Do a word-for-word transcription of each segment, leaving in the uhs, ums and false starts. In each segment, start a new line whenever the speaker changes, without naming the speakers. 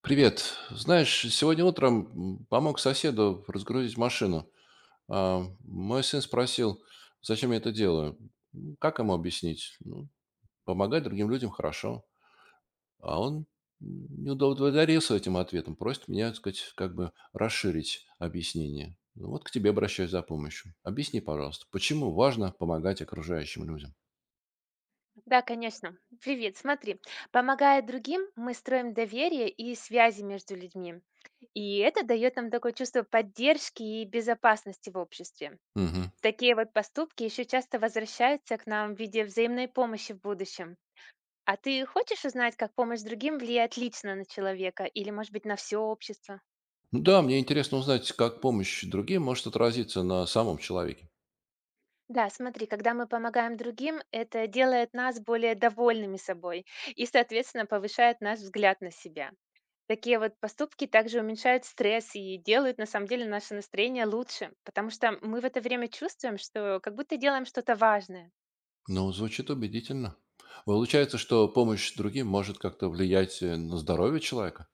Привет. Знаешь, сегодня утром м, помог соседу разгрузить машину. А, мой сын спросил, зачем я это делаю. Ну, Как ему объяснить? Ну, помогать другим людям хорошо. А он м, не удовлетворился этим ответом, просит меня, так сказать, как бы расширить объяснение. Ну, вот к тебе обращаюсь за помощью. Объясни, пожалуйста, почему важно помогать окружающим людям?
Да, конечно. Привет, смотри. Помогая другим, мы строим доверие и связи между людьми. И это дает нам такое чувство поддержки и безопасности в обществе.
Мгм.
Такие вот поступки еще часто возвращаются к нам в виде взаимной помощи в будущем. А ты хочешь узнать, как помощь другим влияет лично на человека или, может быть, на все общество?
Ну да, мне интересно узнать, как помощь другим может отразиться на самом человеке.
Да, смотри, когда мы помогаем другим, это делает нас более довольными собой и, соответственно, повышает наш взгляд на себя. Такие вот поступки также уменьшают стресс и делают на самом деле наше настроение лучше, потому что мы в это время чувствуем, что как будто делаем что-то важное.
Ну, звучит убедительно. Получается, что помощь другим может как-то влиять э, на здоровье человека?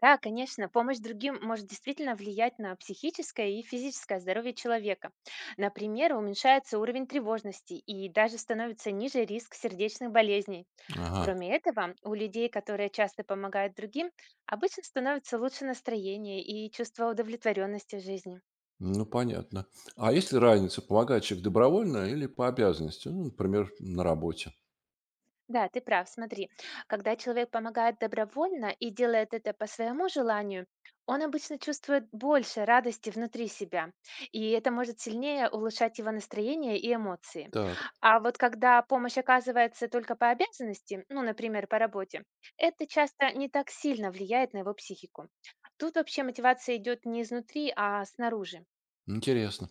Да, конечно, помощь другим может действительно влиять на психическое и физическое здоровье человека. Например, уменьшается уровень тревожности и даже становится ниже риск сердечных болезней.
Ага,
Кроме этого, у людей, которые часто помогают другим, обычно становится лучше настроение и чувство удовлетворенности в жизни.
ну понятно. А если разница, помогает человек добровольно или по обязанности? Ну, например, на работе.
Да, ты прав. Смотри, когда человек помогает добровольно и делает это по своему желанию, он обычно чувствует больше радости внутри себя, и это может сильнее улучшать его настроение и эмоции.
Так,
А вот когда помощь оказывается только по обязанности, ну, например, по работе, это часто не так сильно влияет на его психику. Тут вообще мотивация идет не изнутри, а снаружи.
интересно.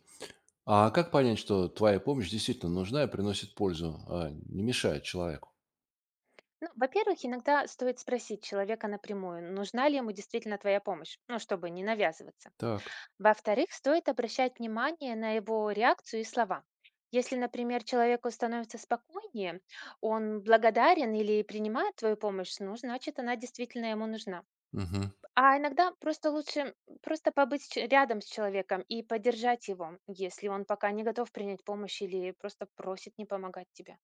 А как понять, что твоя помощь действительно нужна и приносит пользу, а не мешает человеку?
Ну, во-первых, иногда стоит спросить человека напрямую, нужна ли ему действительно твоя помощь, ну, чтобы не навязываться.
Так,
Во-вторых, стоит обращать внимание на его реакцию и слова. Если, например, человеку становится спокойнее, он благодарен или принимает твою помощь, ну, значит, она действительно ему нужна.
мгм.
А иногда просто лучше просто побыть с ч- рядом с человеком и поддержать его, если он пока не готов принять помощь или просто просит не помогать тебе.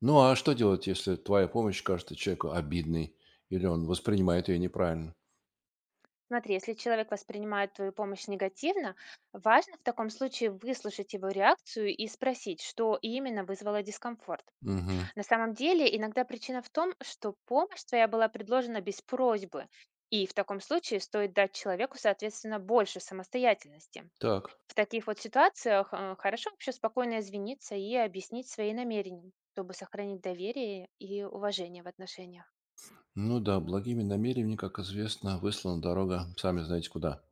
Ну, а что делать, если твоя помощь кажется человеку обидной или он воспринимает ее неправильно?
Смотри, если человек воспринимает твою помощь негативно, важно в таком случае выслушать его реакцию и спросить, что именно вызвало дискомфорт.
Угу.
На самом деле, иногда причина в том, что помощь твоя была предложена без просьбы, и в таком случае стоит дать человеку, соответственно, больше самостоятельности.
Так.
В таких вот ситуациях э, хорошо вообще спокойно извиниться и объяснить свои намерения, чтобы сохранить доверие и уважение в отношениях.
Ну да, благими намерениями, как известно, выслана дорога, сами знаете куда.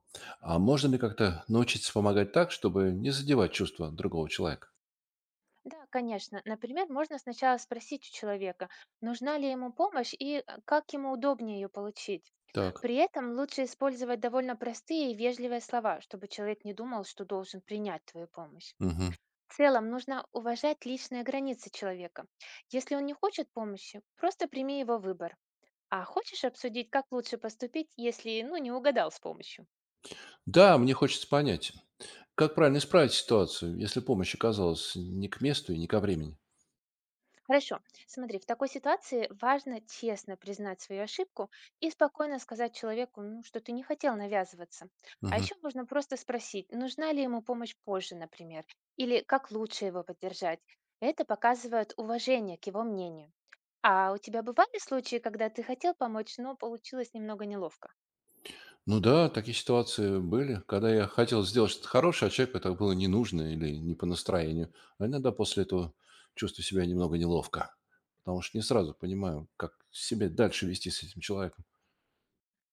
А можно ли как-то научиться помогать так, чтобы не задевать чувства другого человека?
Да, конечно. Например, можно сначала спросить у человека, нужна ли ему помощь и э, как ему удобнее ее получить.
Так.
При этом лучше использовать довольно простые и вежливые слова, чтобы человек не думал, что должен принять твою помощь.
Мгм.
В целом, нужно уважать личные границы человека. Если он не хочет помощи, просто прими его выбор. А хочешь обсудить, как лучше поступить, если ну, не угадал с помощью?
Да, мне хочется понять, как правильно исправить ситуацию, если помощь оказалась не к месту и не ко времени?
Хорошо. Смотри, в такой ситуации важно честно признать свою ошибку и спокойно сказать человеку, ну, что ты не хотел навязываться. А
Мгм.
еще можно просто спросить, нужна ли ему помощь позже, например, или как лучше его поддержать. Это показывает уважение к его мнению. А у тебя бывали случаи, когда ты хотел помочь, но получилось немного неловко?
Ну да, такие ситуации были, когда я хотел сделать что-то хорошее, а человеку это было не нужно или не по настроению. А иногда после этого чувствую себя немного неловко, потому что не сразу понимаю, как себя дальше вести с этим человеком.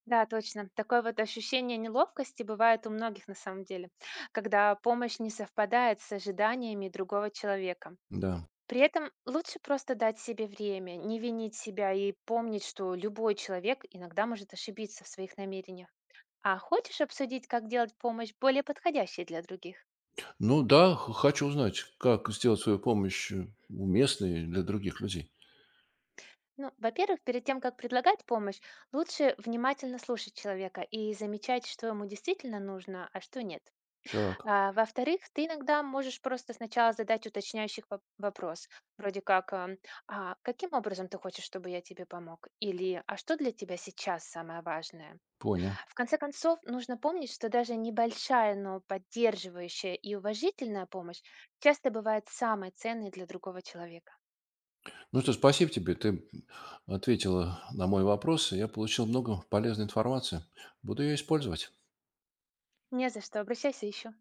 Да, точно. Такое вот ощущение неловкости бывает у многих на самом деле, когда помощь не совпадает с ожиданиями другого человека.
Да.
При этом лучше просто дать себе время, не винить себя и помнить, что любой человек иногда может ошибиться в своих намерениях. А хочешь обсудить, как делать помощь более подходящей для других?
Ну да, х хочу узнать, как сделать свою помощь, э, уместной для других людей.
Ну, во-первых, перед тем, как предлагать помощь, лучше внимательно слушать человека и замечать, что ему действительно нужно, а что нет.
Так,
А, во-вторых, ты иногда можешь просто сначала задать уточняющий воп- вопрос, вроде как а, «А каким образом ты хочешь, чтобы я тебе помог?» или «А что для тебя сейчас самое важное?»
понял.
В конце концов, нужно помнить, что даже небольшая, но поддерживающая и уважительная помощь часто бывает самой ценной для другого человека.
Ну что, спасибо тебе. Ты, ответила на мой вопрос, и я получил много полезной информации. Буду ее использовать.
Не за что, обращайся еще.